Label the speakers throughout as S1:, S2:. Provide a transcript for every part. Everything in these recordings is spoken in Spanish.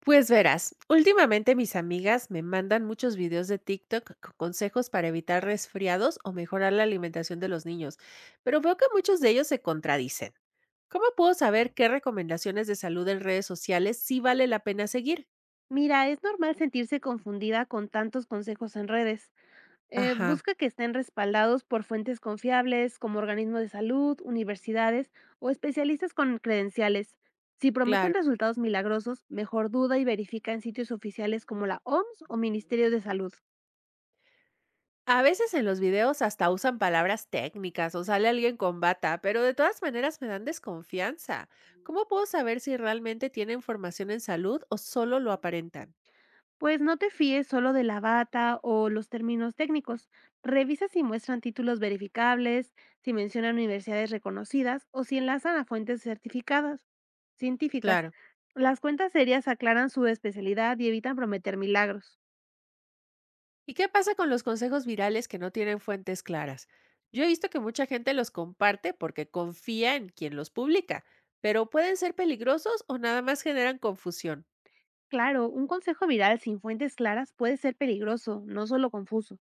S1: Pues verás, últimamente mis amigas me mandan muchos videos de TikTok con consejos para evitar resfriados o mejorar la alimentación de los niños, pero veo que muchos de ellos se contradicen. ¿Cómo puedo saber qué recomendaciones de salud en redes sociales sí vale la pena seguir?
S2: Mira, es normal sentirse confundida con tantos consejos en redes.
S1: Ajá,
S2: Busca que estén respaldados por fuentes confiables como organismos de salud, universidades o especialistas con credenciales. Si
S1: claro.
S2: prometen resultados milagrosos, mejor duda y verifica en sitios oficiales como la OMS o Ministerios de Salud.
S1: A veces en los videos hasta usan palabras técnicas o sale alguien con bata, pero de todas maneras me dan desconfianza. ¿Cómo puedo saber si realmente tienen formación en salud o solo lo aparentan?
S2: Pues no te fíes solo de la bata o los términos técnicos. Revisa si muestran títulos verificables, si mencionan universidades reconocidas o si enlazan a fuentes certificadas, científicas.
S1: Claro.
S2: Las cuentas serias aclaran su especialidad y evitan prometer milagros.
S1: ¿Y qué pasa con los consejos virales que no tienen fuentes claras? Yo he visto que mucha gente los comparte porque confía en quien los publica, pero ¿pueden ser peligrosos o nada más generan confusión?
S2: Claro, un consejo viral sin fuentes claras puede ser peligroso, no solo confuso.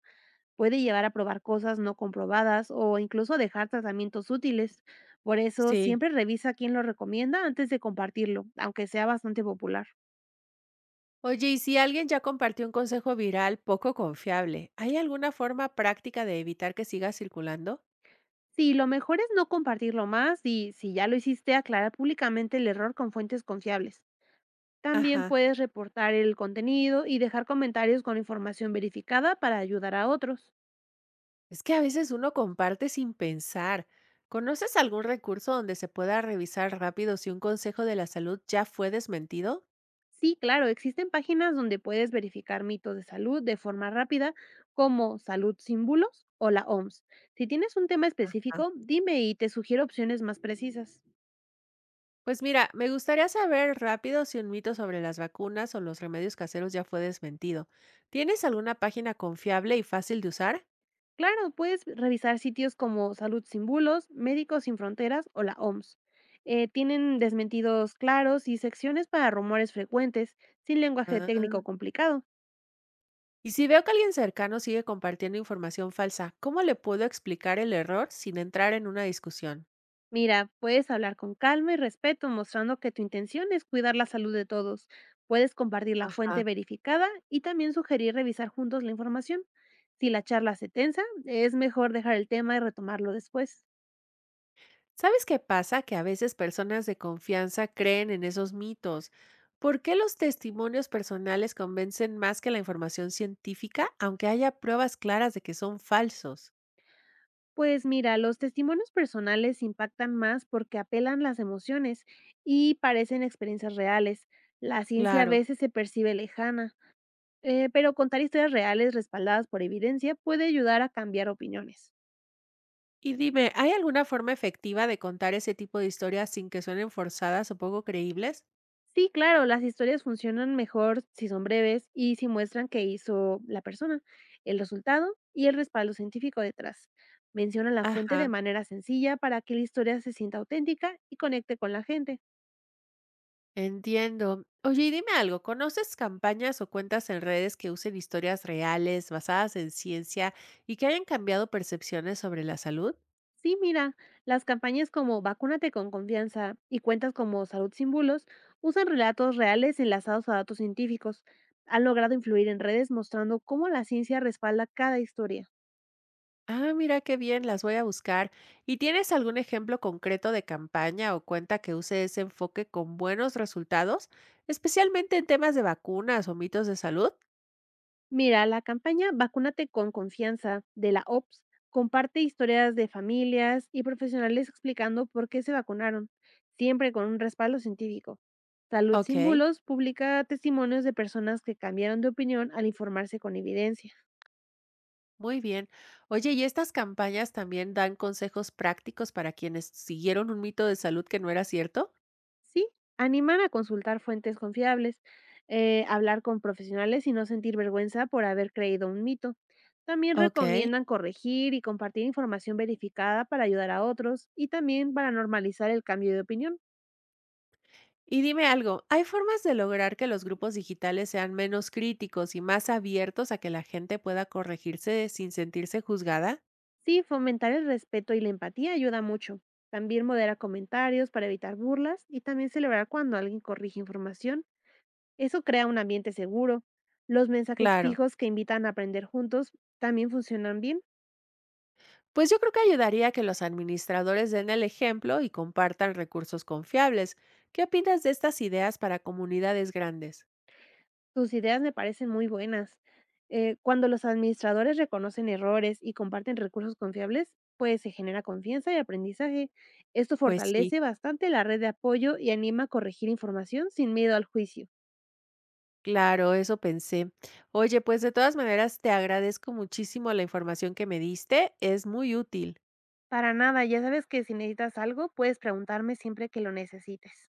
S2: Puede llevar a probar cosas no comprobadas o incluso dejar tratamientos útiles. Por eso,
S1: Sí.
S2: siempre revisa quién lo recomienda antes de compartirlo, aunque sea bastante popular.
S1: Oye, y si alguien ya compartió un consejo viral poco confiable, ¿hay alguna forma práctica de evitar que siga circulando?
S2: Sí, lo mejor es no compartirlo más y si ya lo hiciste, aclarar públicamente el error con fuentes confiables. También
S1: Ajá.
S2: puedes reportar el contenido y dejar comentarios con información verificada para ayudar a otros.
S1: Es que a veces uno comparte sin pensar. ¿Conoces algún recurso donde se pueda revisar rápido si un consejo de la salud ya fue desmentido?
S2: Sí, claro, existen páginas donde puedes verificar mitos de salud de forma rápida, como Salud Sin Bulos o la OMS. Si tienes un tema
S1: Ajá.
S2: específico, dime y te sugiero opciones más precisas.
S1: Pues mira, me gustaría saber rápido si un mito sobre las vacunas o los remedios caseros ya fue desmentido. ¿Tienes alguna página confiable y fácil de usar?
S2: Claro, puedes revisar sitios como Salud Sin Bulos, Médicos Sin Fronteras o la OMS. Tienen desmentidos claros y secciones para rumores frecuentes, sin lenguaje
S1: Ah.
S2: técnico complicado.
S1: Y si veo que alguien cercano sigue compartiendo información falsa, ¿cómo le puedo explicar el error sin entrar en una discusión?
S2: Mira, puedes hablar con calma y respeto, mostrando que tu intención es cuidar la salud de todos. Puedes compartir la
S1: Ajá.
S2: fuente verificada y también sugerir revisar juntos la información. Si la charla se tensa, es mejor dejar el tema y retomarlo después.
S1: ¿Sabes qué pasa? Que a veces personas de confianza creen en esos mitos. ¿Por qué los testimonios personales convencen más que la información científica, aunque haya pruebas claras de que son falsos?
S2: Pues mira, los testimonios personales impactan más porque apelan las emociones y parecen experiencias reales. La ciencia a
S1: Claro.
S2: veces se percibe lejana, pero contar historias reales respaldadas por evidencia puede ayudar a cambiar opiniones.
S1: Y dime, ¿hay alguna forma efectiva de contar ese tipo de historias sin que suenen forzadas o poco creíbles?
S2: Sí, claro, las historias funcionan mejor si son breves y si muestran qué hizo la persona, el resultado y el respaldo científico detrás. Menciona la fuente de
S1: Ajá,
S2: manera sencilla para que la historia se sienta auténtica y conecte con la gente.
S1: entiendo. Oye, y dime algo, ¿conoces campañas o cuentas en redes que usen historias reales, basadas en ciencia y que hayan cambiado percepciones sobre la salud?
S2: Sí, mira, las campañas como Vacúnate con confianza y cuentas como Salud sin bulos usan relatos reales enlazados a datos científicos. Han logrado influir en redes mostrando cómo la ciencia respalda cada historia.
S1: Ah, mira qué bien, las voy a buscar. ¿Y tienes algún ejemplo concreto de campaña o cuenta que use ese enfoque con buenos resultados, especialmente en temas de vacunas o mitos de salud?
S2: Mira, la campaña Vacúnate con confianza de la OPS comparte historias de familias y profesionales explicando por qué se vacunaron, siempre con un respaldo científico. Salud sin
S1: Ok.
S2: bulos publica testimonios de personas que cambiaron de opinión al informarse con evidencia.
S1: Muy bien. Oye, ¿y estas campañas también dan consejos prácticos para quienes siguieron un mito de salud que no era cierto?
S2: Sí, animar a consultar fuentes confiables, hablar con profesionales y no sentir vergüenza por haber creído un mito. También
S1: Ok.
S2: recomiendan corregir y compartir información verificada para ayudar a otros y también para normalizar el cambio de opinión.
S1: Y dime algo, ¿hay formas de lograr que los grupos digitales sean menos críticos y más abiertos a que la gente pueda corregirse sin sentirse juzgada?
S2: Sí, fomentar el respeto y la empatía ayuda mucho. También modera comentarios para evitar burlas y también celebrar cuando alguien corrige información. Eso crea un ambiente seguro. Los mensajes
S1: Claro.
S2: fijos que invitan a aprender juntos también funcionan bien.
S1: Pues yo creo que ayudaría a que los administradores den el ejemplo y compartan recursos confiables. ¿Qué opinas de estas ideas para comunidades grandes?
S2: Tus ideas me parecen muy buenas. Cuando los administradores reconocen errores y comparten recursos confiables, pues se genera confianza y aprendizaje. Esto
S1: Pues sí.
S2: fortalece bastante la red de apoyo y anima a corregir información sin miedo al juicio.
S1: Claro, eso pensé. Oye, pues de todas maneras, te agradezco muchísimo la información que me diste, es muy útil.
S2: Para nada, ya sabes que si necesitas algo, puedes preguntarme siempre que lo necesites.